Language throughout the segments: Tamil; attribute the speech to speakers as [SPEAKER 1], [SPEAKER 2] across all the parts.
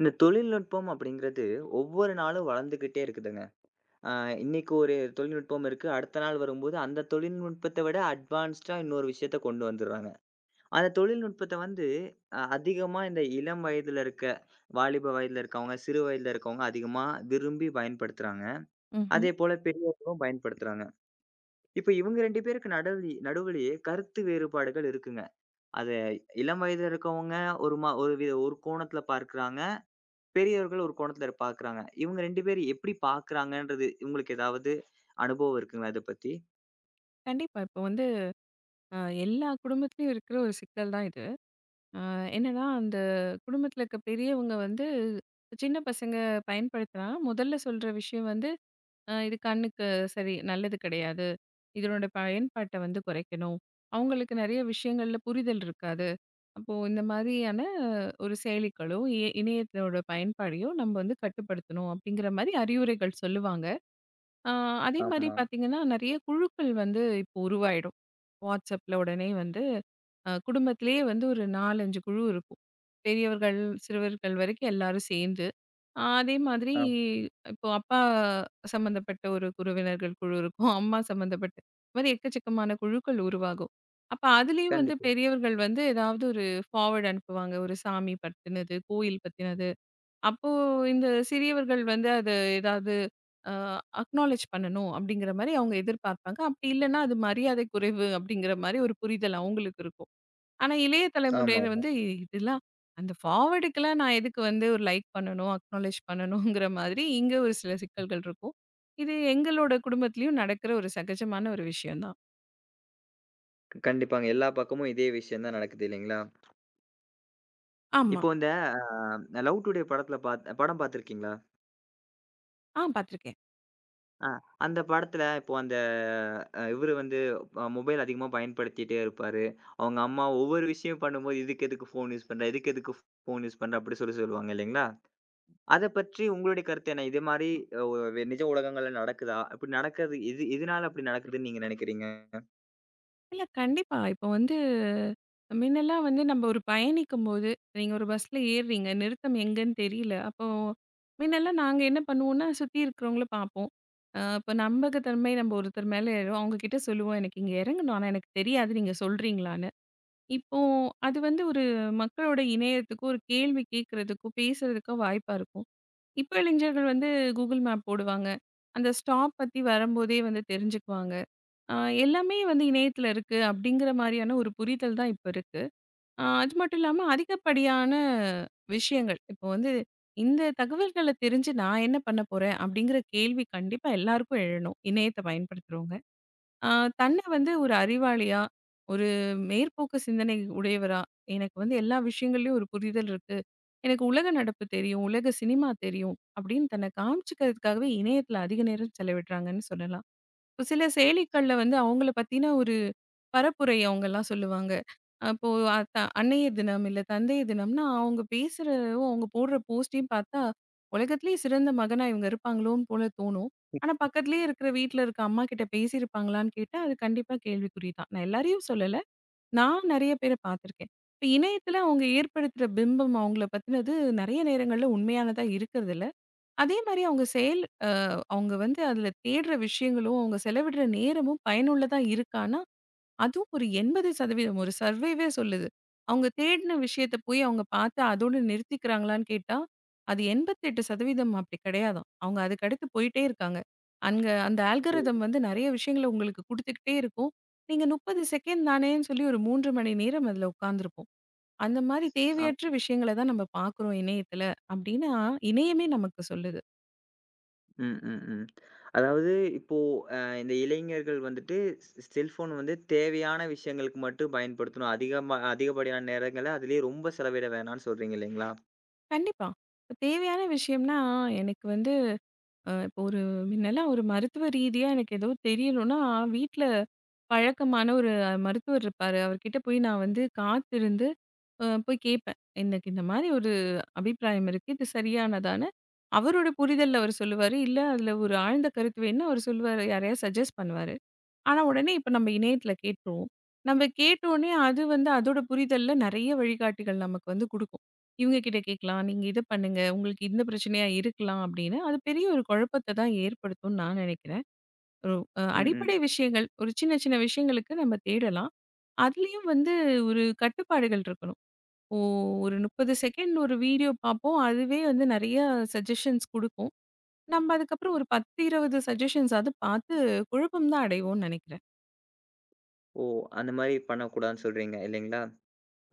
[SPEAKER 1] இந்த தொழில்நுட்பம் அப்படிங்கிறது ஒவ்வொரு நாளும் வளர்ந்துக்கிட்டே இருக்குதுங்க. அ இன்னைக்கு ஒரு தொழில்நுட்பம் இருக்கு. அடுத்த நாள் வரும்போது அந்த தொழில்நுட்பத்த விட அட்வான்ஸ்டா இன்னொரு விஷயத்த கொண்டு வந்துர்றாங்க. அந்த தொழில்நுட்பத்த வந்து அதிகமா இந்த இளம் வயதுல இருக்க, வாலிப வயதுல இருக்கவங்க, சிறு வயதுல இருக்கவங்க அதிகமா விரும்பி பயன்படுத்துறாங்க.
[SPEAKER 2] ம்ஹ்ம்.
[SPEAKER 1] அதேபோல பெரியவர்களும் பயன்படுத்துறாங்க. இப்ப இவங்க 2 பேருக்கு நடுவுலயே கருத்து வேறுபாடுகள் இருக்குங்க. அத இளம் வயதுல இருக்கவங்க ஒரு கோணத்துல பார்க்குறாங்க. பெரியவர்கள் ஒரு கோணத்துல பார்க்குறாங்க. இவங்க 2 பேரும் எப்படி பார்க்குறாங்கன்றது உங்களுக்கு ஏதாவது அனுபவம் இருக்குங்களா இத பத்தி?
[SPEAKER 2] கண்டிப்பா. இப்போ வந்து அ எல்லா குடும்பத்திலயும் இருக்கிற ஒரு சிக்கல் தான் இது. அ என்னன்னா, அந்த குடும்பத்தில இருக்க பெரியவங்க வந்து சின்ன பசங்க பயன்படுத்தினா, முதல்ல சொல்ற விஷயம் வந்து, இது கண்ணுக்கு சரி நல்லது கிடையாது. இதனோட பயன்பாட்ட வந்து குறைக்கணும்." அவங்களுக்கு நெறைய விஷயங்கள்ல புரிதல் இருக்காது. அப்போ இந்த மாதிரியான ஒரு செயலிகளோ, இணையத்தோட பயன்பாடையோ நம்ம வந்து கட்டுப்படுத்தணும் அப்படிங்கிற மாரி அறிவுரைகள் சொல்லுவாங்க. அ அதே மாரி
[SPEAKER 1] ஆமா.
[SPEAKER 2] பார்த்தீங்கன்னா, நெறைய குழுக்கள் வந்து இப்போ உருவாயிடும். வாட்ஸ்அப்ல உடனே வந்து குடும்பத்திலேயே வந்து ஒரு 4, 5 குழு இருக்கும். பெரியவர்கள், சிறுவர்கள் வரைக்கும் எல்லாரும் சேர்ந்து. அதே மாதிரி
[SPEAKER 1] ஆ,
[SPEAKER 2] இப்போ அப்பா சம்மந்தப்பட்ட ஒரு உறவினர்கள் குழு இருக்கும். அம்மா சம்மந்தப்பட்ட இந்த மாதிரி எக்கச்சக்கமான குழுக்கள் உருவாகும். அப்ப அதுலயும் வந்து
[SPEAKER 1] கண்டிப்பா.
[SPEAKER 2] பெரியவர்கள் வந்து ஏதாவது ஒரு ஃபார்வர்ட் அனுப்புவாங்க. ஒரு சாமி பத்தினது, கோயில் பத்தினது. அப்போ இந்த சிறியவர்கள் வந்து அது ஏதாவது அ அக்னாலேட்ஜ் பண்ணணும் அப்படிங்கிற மாரி அவங்க எதிர்பார்ப்பாங்க. அப்படி இல்லன்னா அது மரியாதை குறைவு அப்படிங்கிற மாரி ஒரு புரிதல் அவங்களுக்கு இருக்கும். ஆனா இளைய தலைமுறையினர்
[SPEAKER 1] ஆமாமா.
[SPEAKER 2] வந்து இதெல்லாம் அந்த ஃபார்வர்டுக்கெல்லாம் நான் எதுக்கு வந்து ஒரு லைக் பண்ணணும், அக்னாலேட்ஜ் பண்ணணுங்கிற மாதிரி இங்க ஒரு சில சிக்கல்கள் இருக்கும். இது எங்களோட குடும்பத்திலயும் நடக்கிற ஒரு சகஜமான ஒரு விஷயம் தான்.
[SPEAKER 1] கண்டிப்பாங்க. எல்லா பக்கமும் இதே விஷயம் தான் நடக்குது இல்லைங்களா?
[SPEAKER 2] ஆமா.
[SPEAKER 1] இப்போ இந்த லவ் டுடே படத்துல படம் பார்த்துருக்கீங்களா?
[SPEAKER 2] ஆ பார்த்துருக்கேன்.
[SPEAKER 1] ஆ அந்த படத்துல இப்போ அந்த இவரு வந்து மொபைல் அதிகமா பயன்படுத்திட்டே இருப்பாரு. அவங்க அம்மா ஒவ்வொரு விஷயம் பண்ணும்போது, "இதுக்கு எதுக்கு ஃபோன் யூஸ் பண்ற? இதுக்கு எதுக்கு ஃபோன் யூஸ் பண்ற?" அப்படி சொல்லி சொல்லுவாங்க இல்லைங்களா? அத பற்றி உங்களுடைய கருத்து என்ன? இது மாரி அ ஒ வெ நிஜ உலகங்கள்ல நடக்குதா? அப்படி நடக்கிறது எது எதனால அப்படி நடக்குதுன்னு நீங்க நினைக்கிறீங்க?
[SPEAKER 2] இல்ல கண்டிப்பா. இப்போ வந்து முன்னெல்லாம் வந்து நம்ம ஒரு பயணிக்கும்போது, நீங்க ஒரு பஸ்ல ஏறுறீங்க. நிறுத்தம் எங்கன்னு தெரியல. அப்போ முன்னெல்லாம் நாங்க என்ன பண்ணுவோம்னா, சுத்தி இருக்கிறவங்கள பார்ப்போம். இப்போ நம்பகத்தன்மை நம்ம ஒருத்தர் மேல ஏறும். அவங்க கிட்ட சொல்லுவோம், "எனக்கு இங்க இறங்கணும். ஆனா எனக்கு தெரியாது. நீங்க சொல்றீங்களான்னு." இப்போ அது வந்து ஒரு மக்களோட இணையத்துக்கும், ஒரு கேள்வி கேட்கறதுக்கும், பேசுறதுக்கோ வாய்ப்பா இருக்கும். இப்போ இளைஞர்கள் வந்து Google மேப் போடுவாங்க. அந்த ஸ்டாப் பத்தி வரும்போதே வந்து தெரிஞ்சுக்குவாங்க. ஆ எல்லாமே வந்து இணையத்துல இருக்கு அப்படிங்கிற மாதிரியான ஒரு புரிதல் தான் இப்ப இருக்கு. ஆ அது மட்டும் இல்லாம அதிகப்படியான விஷயங்கள். இப்போ வந்து இந்த தகவல்கள தெரிஞ்சு நான் என்ன பண்ண போறேன் அப்படிங்கிற கேள்வி கண்டிப்பா எல்லாருக்கும் எழணும். இணையத்த பயன்படுத்துறவங்க. ஆ தன்ன வந்து ஒரு அறிவாளியா, ஒரு மேற்போக்கு சிந்தனை உடையவரா, எனக்கு வந்து எல்லா விஷயங்கள்லயும் ஒரு புரிதல் இருக்கு. எனக்கு உலக நடப்பு தெரியும், உலக சினிமா தெரியும் அப்படின்னு தன்னை காமிச்சுக்கிறதுக்காகவே இணையத்துல அதிக நேரம் செலவிடுறாங்கன்னு சொல்லலாம். இப்போ சில செயலிகள்ல வந்து அவங்கள பத்தின ஒரு பரப்புரை அவங்கலாம் சொல்லுவாங்க. அப்போ அத்த அன்னையர் தினம், இல்ல தந்தையர் தினம்னா அவங்க பேசுறதும், அவங்க போடுற போஸ்ட்டையும் பார்த்தா, உலகத்திலேயே சிறந்த மகனா இவங்க இருப்பாங்களோன்னு போல தோணும். ஆனா பக்கத்திலேயே இருக்கிற வீட்ல இருக்க அம்மா கிட்ட பேசியிருப்பாங்களான்னு கேட்டா, அது கண்டிப்பா கேள்விக்குறி தான். நான் எல்லாரையும் சொல்லல. நான் நெறைய பேர பார்த்துருக்கேன். இப்ப இணையத்துல அவங்க ஏற்படுத்துற பிம்பம் அவங்கள பத்தினது நெறைய நேரங்கள்ல உண்மையானதா இருக்கிறதில்ல. அதே மாரி அவங்க செயல் அ அவங்க வந்து அதுல தேடுற விஷயங்களும், அவங்க செலவிடுற நேரமும் பயனுள்ளதா இருக்கான்னா, அதுவும் ஒரு 80% ஒரு சர்வேவே சொல்லுது. அவங்க தேடின விஷயத்த போய் அவங்க பார்த்து அதோட நிறுத்திக்கிறாங்களான்னு கேட்டா, அது 88% அப்படி கிடையாதாம். அவங்க அதுக்கடுத்து போயிட்டே இருக்காங்க. அங்க அந்த
[SPEAKER 1] ம்.
[SPEAKER 2] ஆல்காரிதம் வந்து நெறைய விஷயங்கள உங்களுக்கு குடுத்துக்கிட்டே இருக்கும். நீங்க 30 செகண்ட் தானேன்னு சொல்லி ஒரு 3 மணி நேரம் அதுல உட்கார்ந்திருப்போம். அந்த மாரி
[SPEAKER 1] ஆ.
[SPEAKER 2] தேவையற்ற விஷயங்கள தான் நம்ம பார்க்குறோம் இணையத்துல. அப்படின்னா, இணையமே நமக்கு சொல்லுது.
[SPEAKER 1] ம், ம், ம். அதாவது இப்போ இந்த இளைஞர்கள் வந்துட்டு செல்ஃபோன் வந்து தேவையான விஷயங்களுக்கு மட்டும் பயன்படுத்தணும். அதிகமா அதிகப்படியான நேரங்கள அதிலயே ரொம்ப செலவிட வேணாம்னு சொல்றீங்க இல்லைங்களா?
[SPEAKER 2] கண்டிப்பா. இப்ப தேவையான விஷயம்னா, எனக்கு வந்து இப்போ ஒரு முன்னலாம் ஒரு மருத்துவ ரீதியா எனக்கு ஏதோ தெரியணும்னா, வீட்ல பழக்கமான ஒரு மருத்துவர் இருப்பாரு. அவர்கிட்ட போய் நான் வந்து காத்திருந்து போய் கேட்பேன். எனக்கு இந்த மாரி ஒரு அபிப்பிராயம் இருக்கு. இது சரியானதான்னு. அவரோட புரிதல்ல அவர் சொல்லுவாரு. இல்ல, அதுல ஒரு ஆழ்ந்த கருத்து வேணும்னா அவர் சொல்லுவாரு. யாரையாவது சஜெஸ்ட் பண்ணுவாரு. ஆனா உடனே இப்ப நம்ம இணையத்துல கேட்டுருவோம். நம்ம கேட்டோனே அது வந்து அதோட புரிதல்ல நெறைய வழிகாட்டிகள் நமக்கு வந்து குடுக்கும். இவங்க கிட்ட கேட்கலாம், நீங்க இத பண்ணுங்க, உங்களுக்கு இந்த பிரச்சனையா இருக்கலாம் அப்படின்னு, அது பெரிய ஒரு குழப்பத்தை தான் ஏற்படுத்தும்னு நான் நினைக்கிறேன். ஒரு
[SPEAKER 1] ம், ம்.
[SPEAKER 2] அடிப்படை விஷயங்கள், ஒரு சின்ன சின்ன விஷயங்களுக்கு நம்ம தேடலாம். அதுலயும் வந்து ஒரு கட்டுப்பாடுகள் இருக்கணும். ஓ ஒரு 30 செகண்ட் ஒரு வீடியோ பார்ப்போம். அதுவே வந்து நெறைய சஜஷன்ஸ் குடுக்கும். நம்ம அதுக்கப்புறம் ஒரு 10, 20 சஜஷன்ஸாவது பார்த்து குழப்பம் தான் அடைவோம்னு நினைக்கிறேன்.
[SPEAKER 1] ஓ! அந்த மாரி பண்ணக்கூடாதுன்னு சொல்றீங்க இல்லைங்களா?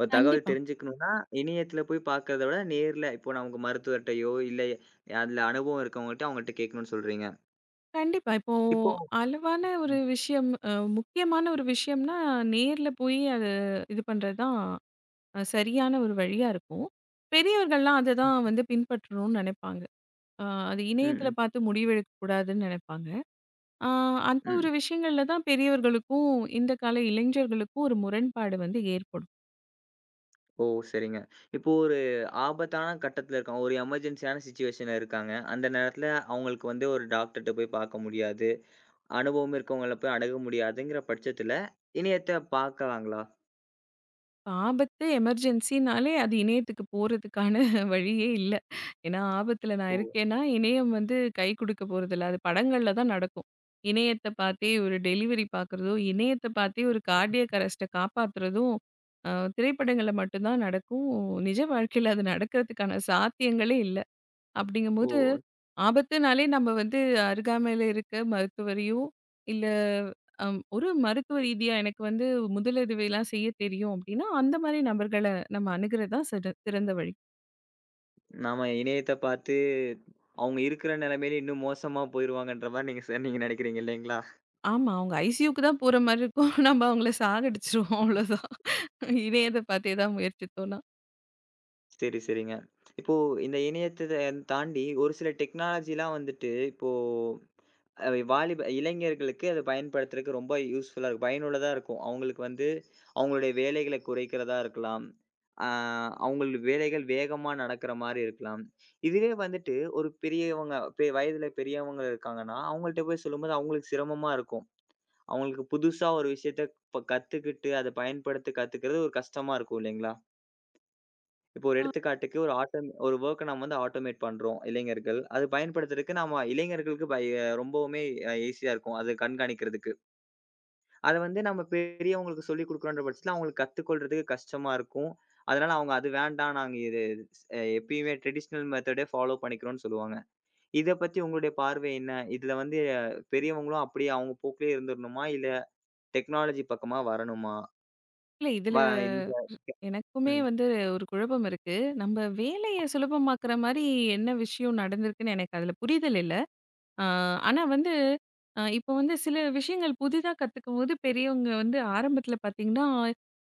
[SPEAKER 1] ஒரு தகவல்
[SPEAKER 2] கண்டிப்பா.
[SPEAKER 1] தெரிஞ்சுக்கணும்னா, இணையத்தில போய் பார்க்கறத விட நேர்ல இப்போ நான் உங்க மருத்துவர்ட்டயோ, இல்ல அதுல அனுபவம் இருக்கவங்கட்ட அவங்கள்ட்ட கேட்கணும்னு சொல்றீங்க.
[SPEAKER 2] கண்டிப்பா. இப்போ
[SPEAKER 1] இப்போ
[SPEAKER 2] அளவான ஒரு விஷயம் முக்கியமான ஒரு விஷயம்னா, நேர்ல போய் அத இது பண்றது தான் சரியான ஒரு வழியா இருக்கும். பெரியவர்கள்லாம் அத தான் வந்து பின்பற்றணும்னு நெனைப்பாங்க. அ அது
[SPEAKER 1] ம்.
[SPEAKER 2] இணையத்தில
[SPEAKER 1] ம்.
[SPEAKER 2] பார்த்து முடிவெடுக்கக் கூடாதுன்னு நெனைப்பாங்க. அ அந்த ஒரு
[SPEAKER 1] ம்.
[SPEAKER 2] விஷயங்கள்ல தான் பெரியவர்களுக்கும், இந்த கால இளைஞர்களுக்கும் ஒரு முரண்பாடு வந்து ஏற்படும்.
[SPEAKER 1] ஓ! சரிங்க. இப்போ ஒரு ஆபத்தான கட்டத்துல இருக்காங்க. ஒரு எமர்ஜென்சியான சிச்சுவேஷன்ல இருக்காங்க. அந்த நேரத்துல அவங்களுக்கு வந்து ஒரு டாக்டர்ட்ட போய் பார்க்க முடியாது. அனுபவம் இருக்கவங்கள போய் அணுக முடியாதுங்கிற பட்சத்துல, இணையத்த பார்க்கலாங்களா?
[SPEAKER 2] ஆபத்து, எமர்ஜென்சினாலே அது இணையத்துக்கு போறதுக்கான வழியே இல்ல. ஏன்னா, ஆபத்துல நான்
[SPEAKER 1] ஓ!
[SPEAKER 2] இருக்கேன்னா, இணையம் வந்து கை குடுக்க போறதில்ல. அது படங்கள்ல தான் நடக்கும். இணையத்த பார்த்தே ஒரு டெலிவரி பார்க்குறதோ, இணையத்த பார்த்தே ஒரு கார்டியாக் அரெஸ்ட்ட காப்பாத்துறதும், அ திரைப்படங்கள்ல மட்டும் தான் நடக்கும். நிஜ வாழ்க்கையில அது நடக்கிறதுக்கான சாத்தியங்களே இல்ல. அப்படிங்கும்போது,
[SPEAKER 1] ஓ!
[SPEAKER 2] ஆபத்துனாலே நம்ம வந்து அருகாமையில இருக்க மருத்துவரையோ, இல்ல ஒரு மருத்துவ ரீதியா எனக்கு வந்து முதலுதவிலாம் செய்ய தெரியும் அப்படின்னா, அந்த மாரி நபர்கள நம்ம அணுகுறது தான் சிறந்த வழி.
[SPEAKER 1] நாம இணையத்த பார்த்து அவங்க இருக்கிற நிலைமையில இன்னும் மோசமா போயிருவாங்கன்ற மாரி நீங்க நீங்க நினைக்கிறீங்க இல்லைங்களா?
[SPEAKER 2] ஆமா. அவங்க ஐசியூக்கு தான் போற மாரி இருக்கும். நம்ம அவங்கள சாகடிச்சுருவோம் அவ்வளோதான். இணையத பார்த்தே தான் முயற்சித்தோம்னா.
[SPEAKER 1] சரி, சரிங்க. இப்போ இந்த இணையத்த தாண்டி ஒரு சில டெக்னாலஜிலாம் வந்துட்டு இப்போ வாலிப இளைஞர்களுக்கு அது பயன்படுத்துறதுக்கு ரொம்ப யூஸ்ஃபுல்லா இருக்கும். பயனுள்ளதா இருக்கும். அவங்களுக்கு வந்து அவங்களுடைய வேலைகள குறைக்கிறதா இருக்கலாம். ஆ அவங்களுடைய வேலைகள் வேகமா நடக்கிற மாரி இருக்கலாம். இதுவே வந்துட்டு ஒரு பெரியவங்க வயதில பெரியவங்க இருக்காங்கன்னா, அவங்கள்ட்ட போய் சொல்லும்போது அவங்களுக்கு சிரமமா இருக்கும். அவங்களுக்கு புதுசா ஒரு விஷயத்த இப்ப கத்துக்கிட்டு, அத பயன்படுத்தி கத்துக்கிறது ஒரு கஷ்டமா இருக்கும் இல்லைங்களா? இப்போ ஒரு எடுத்துக்காட்டுக்கு ஒரு ஒரு வொர்க்க நம்ம வந்து ஆட்டோமேட் பண்றோம் இளைஞர்கள். அது பயன்படுத்துறதுக்கு நம்ம இளைஞர்களுக்கு ரொம்பவுமே ஈஸியா இருக்கும். அது கண்காணிக்கிறதுக்கு. அத வந்து நம்ம பெரியவங்களுக்கு சொல்லிக் குடுக்குறோன்ற பட்சத்துல அவங்களுக்கு கத்துக்கொள்றதுக்கு கஷ்டமா இருக்கும். அதனால அவங்க அது வேண்டாம் நாங்க இது எப்பயுமே ட்ரெடிஷனல் மெத்தடே ஃபாலோ பண்ணிக்கிறோம்னு சொல்லுவாங்க. இத பத்தி உங்களுடைய பார்வை என்ன? இதுல வந்து பெரியவங்களும் அப்படியே அவங்க போக்கிலேயே இருந்துரணுமா? இல்ல டெக்னாலஜி பக்கமா வரணுமா?
[SPEAKER 2] இல்ல
[SPEAKER 1] வ
[SPEAKER 2] இதுல
[SPEAKER 1] இந்த
[SPEAKER 2] எனக்குமே
[SPEAKER 1] ம்.
[SPEAKER 2] வந்து ஒரு குழப்பம் இருக்கு. நம்ம வேலைய சுலபமாக்குற மாரி என்ன விஷயம் நடந்திருக்குன்னு எனக்கு அதுல புரிதல் இல்ல. ஆ, ஆனா வந்து இப்போ வந்து சில விஷயங்கள் புதிதா கத்துக்கும்போது, பெரியவங்க வந்து ஆரம்பத்துல பாத்தீங்கன்னா,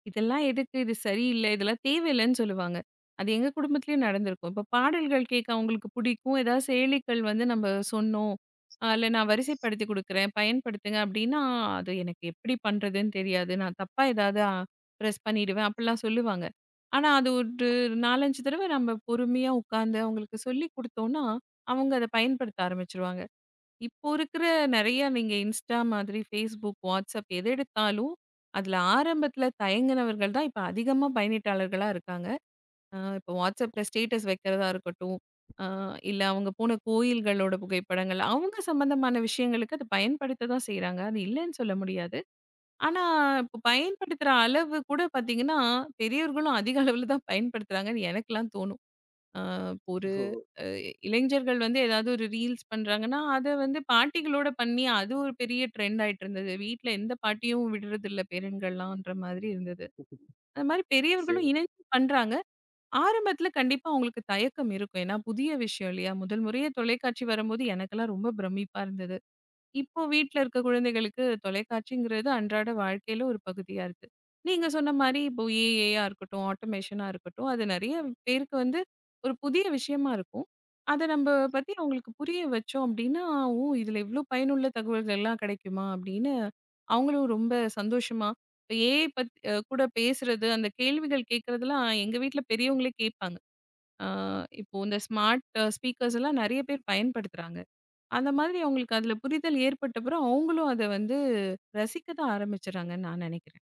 [SPEAKER 2] "இதெல்லாம் எதுக்கு? இது சரியில்ல. இதெல்லாம் தேவையில்லன்னு" சொல்லுவாங்க. அது எங்க குடும்பத்திலயும் நடந்திருக்கும். இப்போ பாடல்கள் கேட்க அவங்களுக்கு பிடிக்கும். ஏதாவது செயலிகள் வந்து நம்ம சொன்னோம். அதில நான் வரிசைப்படுத்தி குடுக்குறேன், பயன்படுத்துங்க அப்படின்னா, அது எனக்கு எப்படி பண்றதுன்னு தெரியாது. நான் தப்பா ஏதாவது ப்ரெஸ் பண்ணிடுவேன் அப்படிலாம் சொல்லுவாங்க. ஆனா அது ஒரு 4, 5 தடவ நம்ம பொறுமையா உட்கார்ந்து அவங்களுக்கு சொல்லிக் குடுத்தோம்னா, அவங்க அத பயன்படுத்த ஆரம்பிச்சுருவாங்க. இப்போ இருக்கிற நெறைய நீங்க Insta மாதிரி, Facebook, WhatsApp எது எடுத்தாலும், அதில ஆரம்பத்தில தயங்கினவர்கள் தான் இப்ப அதிகமா பயனீட்டாளர்களா இருக்காங்க. இப்போ WhatsAppல ஸ்டேட்டஸ் வைக்கிறதா இருக்கட்டும், அ இல்ல அவங்க போன கோயில்களோட புகைப்படங்கள், அவங்க சம்மந்தமான விஷயங்களுக்கு அத பயன்படுத்த தான் செய்றாங்க. அது இல்லன்னு சொல்ல முடியாது. ஆனா, இப்போ பயன்படுத்துற அளவு கூட பார்த்தீங்கன்னா, பெரியவர்களும் அதிக அளவில தான் பயன்படுத்துறாங்கன்னு எனக்கெல்லாம் தோணும். அ ஒரு அ இளைஞர்கள் வந்து ஏதாவது ஒரு ரீல்ஸ் பண்றாங்கன்னா, அத வந்து பாட்டிகளோட பண்ணி அது ஒரு பெரிய ட்ரெண்ட் ஆயிட்டு இருந்தது. வீட்ல எந்த பாட்டியும் விடுறதில்ல பேரன்கள்லாம்ன்ற மாதிரி இருந்தது. அது மாரி
[SPEAKER 1] சரி.
[SPEAKER 2] பெரியவர்களும் இணைஞ்சு பண்றாங்க. ஆரம்பத்துல கண்டிப்பா அவங்களுக்கு தயக்கம் இருக்கும். ஏன்னா புதிய விஷயம் இல்லையா? முதல் முறையா தொலைக்காட்சி வரும்போது எனக்கெல்லாம் ரொம்ப பிரமிப்பா இருந்தது. இப்போ வீட்ல இருக்க குழந்தைகளுக்கு தொலைக்காட்சிங்கிறது அன்றாட வாழ்க்கையில ஒரு பகுதியா இருக்கு. நீங்க சொன்ன மாரி இப்போ ஏஐயா இருக்கட்டும், ஆட்டோமேஷனா இருக்கட்டும், அது நெறைய பேருக்கு வந்து ஒரு புதிய விஷயமா இருக்கும். அத நம்ப பத்தி அவங்களுக்கு புரிய வச்சோம் அப்டின்னா, "ஓ! இதுல இவ்ளோ பயனுள்ள தகவல்கள்லாம் கிடைக்குமா?" அப்படின்னு அவங்களும் ரொம்ப சந்தோஷமா, இப்ப ஏஐ பத் அ கூட பேசுறது, அந்த கேள்விகள் கேட்கறதெல்லாம் எங்க வீட்ல பெரியவங்களே கேட்பாங்க. அ இப்போ இந்த ஸ்மார்ட் ஸ்பீக்கர்ஸ் எல்லாம் நெறைய பேர் பயன்படுத்துறாங்க. அந்த மாதிரி அவங்களுக்கு அதுல புரிதல் ஏற்பட்ட பிறகு அவங்களும் அத வந்து ரசிக்க தான் ஆரம்பிச்சுறாங்கன்னு நான் நினைக்கிறேன்.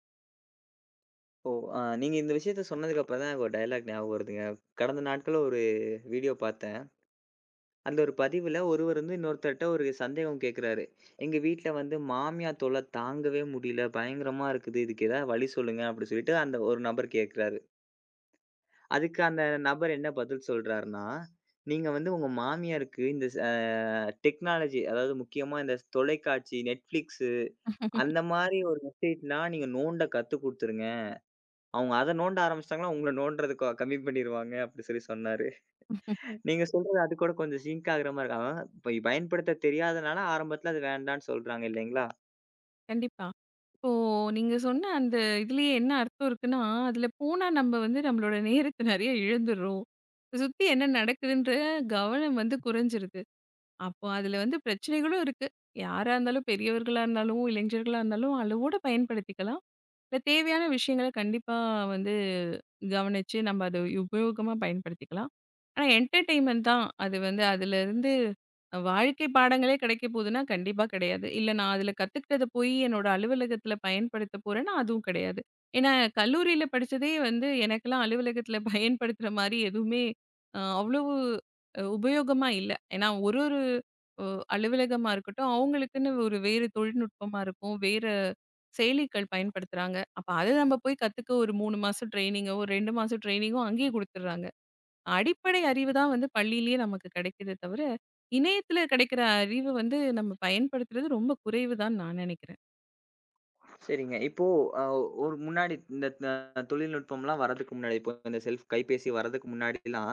[SPEAKER 1] ஓ! நீங்க இந்த விஷயத்த சொன்னதுக்கு அப்புறம் தான் எனக்கு ஒரு டயலாக் ஞாபகம் வருதுங்க. கடந்த நாட்கள்ல ஒரு வீடியோ பார்த்தேன். அந்த ஒரு பதிவுல ஒருவர் வந்து இன்னொருத்தர்ட்ட ஒரு சந்தேகம் கேட்கிறாரு. "எங்க வீட்ல வந்து மாமியார் தொல்ல தாங்கவே முடியல. பயங்கரமா இருக்குது. இதுக்கு ஏதாவது வழி சொல்லுங்க." அப்படி சொல்லிட்டு அந்த ஒரு நபர் கேட்கிறாரு. அதுக்கு அந்த நபர் என்ன பதில் சொல்றாருன்னா, "நீங்க வந்து உங்க மாமியாருக்கு இந்த டெக்னாலஜி அதாவது முக்கியமா இந்த தொலைக்காட்சி, Netflixஸு அந்த மாரி ஒரு வெப்சைட்லாம் நீங்க நோண்ட கத்துக் குடுத்துருங்க." அவங்க அத நோண்ட ஆரம்பிச்சுட்டாங்கன்னா, உங்கள நோண்டுறது கம்மி பண்ணிருவாங்க அப்டி சொல்லி சொன்னாரு. நீங்க சொல்றது அது கூட கொஞ்சம் சிங்க் ஆகுற மாரி இருக்கு. அதாவது இப்ப பயன்படுத்த தெரியாதனால ஆரம்பத்துல அது வேண்டான்னு சொல்றாங்க இல்லைங்களா?
[SPEAKER 2] கண்டிப்பா. இப்போ நீங்க சொன்ன அந்த இதுலயே என்ன அர்த்தம் இருக்குன்னா, அதுல போனா நம்ம வந்து நம்மளோட நேரத்த நெறைய இழந்துர்றோம். சுத்தி என்ன நடக்குதுன்ற கவனம் வந்து குறைஞ்சிருது. அப்போ அதுல வந்து பிரச்சனைகளும் இருக்கு. யாரா இருந்தாலும் பெரியவர்களா இருந்தாலும், இளைஞர்களா இருந்தாலும் அளவோட பயன்படுத்திக்கலாம். இல்ல தேவையான விஷயங்கள கண்டிப்பா வந்து கவனிச்சு நம்ம அத உபயோகமா பயன்படுத்திக்கலாம். ஆனா என்டர்டெயின்மென்ட் தான். அது வந்து அதிலருந்து வாழ்க்கை பாடங்களே கிடைக்க போதுன்னா, கண்டிப்பா கிடையாது. இல்ல நான் அதில கத்துக்கிட்டத போய் என்னோட அலுவலகத்தில பயன்படுத்த போறேன்னா, அதுவும் கிடையாது. ஏன்னா கல்லூரியில படிச்சதே வந்து எனக்கெல்லாம் அலுவலகத்தில பயன்படுத்துற மாரி எதுவுமே அவ்வளவு உபயோகமா இல்ல. ஏன்னா ஒரு ஒரு அ அலுவலகமா இருக்கட்டும், அவங்களுக்குன்னு ஒரு வேறு தொழில்நுட்பமா இருக்கும். வேற செயலிகள் பயன்படுத்துறாங்க. அப்ப அத நம்ம போய் கத்துக்க ஒரு 3 மாசம் ட்ரெய்னிங்கோ, ஒரு 2 மாசம் ட்ரெய்னிங்கோ அங்கேயே குடுத்துடுறாங்க. அடிப்படை அறிவு தான் வந்து பள்ளியிலேயே நமக்கு கிடைக்குதே தவிர, இணையத்தில கிடைக்கிற அறிவு வந்து நம்ம பயன்படுத்துறது ரொம்ப குறைவு தான் நான் நினைக்கிறேன்.
[SPEAKER 1] சரிங்க. இப்போ அ ஒரு முன்னாடி இந்த தொழில்நுட்பம்லாம் வரதுக்கு முன்னாடி, இப்போ இந்த செல்ஃப் கைபேசி வரதுக்கு முன்னாடிலாம்,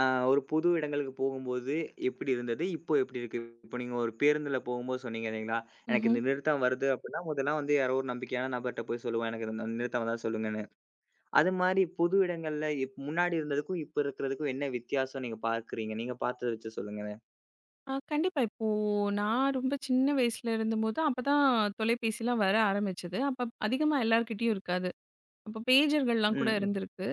[SPEAKER 1] அ ஒரு புது இடங்களுக்கு போகும்போது எப்படி இருந்தது? இப்போ எப்படி இருக்கு? இப்போ நீங்க ஒரு பேருந்துல போகும்போது சொன்னீங்க இல்லைங்களா? எனக்கு
[SPEAKER 2] ம்ஹ்ம்.
[SPEAKER 1] இந்த நிறுத்தம் வருது அப்டின்னா, முதல்லாம் வந்து யாரோ ஒரு நம்பிக்கையான நபர்ட்ட போய் சொல்லுவேன். எனக்கு இந்த நிறுத்தம் வந்தா சொல்லுங்கன்னு. அது மாரி புது இடங்கள்ல முன்னாடி இருந்ததுக்கும், இப்ப இருக்கிறதுக்கும் என்ன வித்தியாசம் நீங்க பார்க்கிறீங்க? நீங்க பார்த்தத வச்சு சொல்லுங்களேன்.
[SPEAKER 2] ஆ கண்டிப்பா. இப்போ நான் ரொம்ப சின்ன வயசுல இருந்தபோது அப்பதான் தொலைபேசிலாம் வர ஆரம்பிச்சது. அப்ப அதிகமா எல்லார்கிட்டயும் இருக்காது. அப்ப பேஜர்கள்லாம் கூட
[SPEAKER 1] ம், ம்.
[SPEAKER 2] இருந்திருக்கு.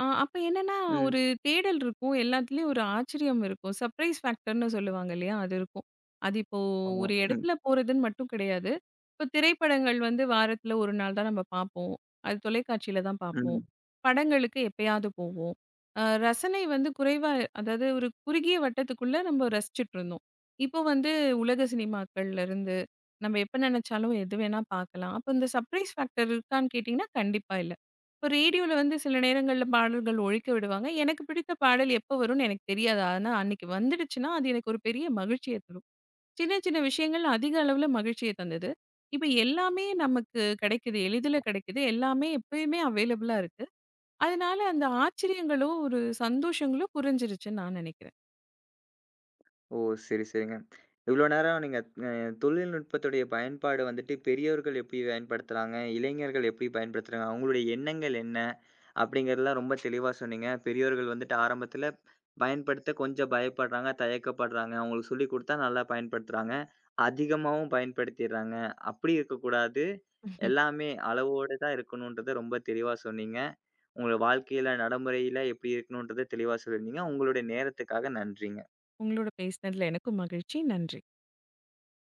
[SPEAKER 2] ஆ அப்ப என்னன்னா,
[SPEAKER 1] ம்.
[SPEAKER 2] ஒரு தேடல் இருக்கும். எல்லாத்துலயும் ஒரு ஆச்சரியம் இருக்கும். சர்ப்ரைஸ் ஃபேக்டர்ன்னு சொல்லுவாங்க இல்லையா? அது இருக்கும். அது இப்போ
[SPEAKER 1] போங்க.
[SPEAKER 2] ஒரு
[SPEAKER 1] ம்,
[SPEAKER 2] இடத்துல போறதுன்னு மட்டும் கிடையாது. இப்போ திரைப்படங்கள் வந்து வாரத்துல 1 நாள் தான் நம்ம பார்ப்போம். அது தொலைக்காட்சியில தான் பார்ப்போம்.
[SPEAKER 1] ம்.
[SPEAKER 2] படங்களுக்கு எப்பயாவது போவோம். ரசனை வந்து குறைவா அதாவது ஒரு குறுகிய வட்டத்துக்குள்ள நம்ம ரசிச்சுட்டு இருந்தோம். இப்போ வந்து உலக சினிமாக்கள்ல இருந்து நம்ம எப்ப நினைச்சாலும் எது வேணா பார்க்கலாம். அப்போ இந்த சர்ப்ரைஸ் ஃபேக்டர் இருக்கான்னு கேட்டீங்கன்னா, கண்டிப்பா இல்ல. இப்ப ரேடியோல வந்து சில நேரங்கள்ல பாடல்கள் ஒழிக்க விடுவாங்க. எனக்கு பிடித்த பாடல் எப்ப வரும்னு எனக்கு தெரியாது. ஆனா அன்னைக்கு வந்துடுச்சுன்னா, அது எனக்கு ஒரு பெரிய மகிழ்ச்சிய தரும். சின்ன சின்ன விஷயங்கள் அதிக அளவுல மகிழ்ச்சிய தந்தது. இப்ப எல்லாமே நமக்கு கிடைக்குது. எளிதில கிடைக்குது. எல்லாமே எப்பயுமே அவைலபிளா இருக்கு. அதனால அந்த ஆச்சரியங்களோ, ஒரு சந்தோஷங்களோ குறைஞ்சிருச்சுன்னு நான் நினைக்கிறேன்.
[SPEAKER 1] ஓ! சரி, சரிங்க. இவ்ளோ நேரம் நீங்க அ தொழில்நுட்பத்துடைய பயன்பாடு வந்துட்டு பெரியவர்கள் எப்படி பயன்படுத்துறாங்க? இளைஞர்கள் எப்படி பயன்படுத்துறாங்க? அவங்களுடைய எண்ணங்கள் என்ன? அப்படிங்கிறதெல்லாம் ரொம்ப தெளிவா சொன்னீங்க. பெரியோர்கள் வந்துட்டு ஆரம்பத்தில பயன்படுத்த கொஞ்சம் பயப்படுறாங்க, தயக்கப்படுறாங்க. அவங்களுக்கு சொல்லிக் குடுத்தா நல்லா பயன்படுத்துறாங்க. அதிகமாவும் பயன்படுத்திர்றாங்க. அப்படி இருக்கக்கூடாது. எல்லாமே அளவோடு தான் இருக்கணுன்றத ரொம்ப தெளிவா சொன்னீங்க. உங்க வாழ்க்கையில நடைமுறையில எப்படி இருக்கணுன்றத தெளிவா சொல்லியிருந்தீங்க. உங்களுடைய நேரத்துக்காக நன்றிங்க.
[SPEAKER 2] உங்களோட பேசினதுல எனக்கும் மகிழ்ச்சி. நன்றி.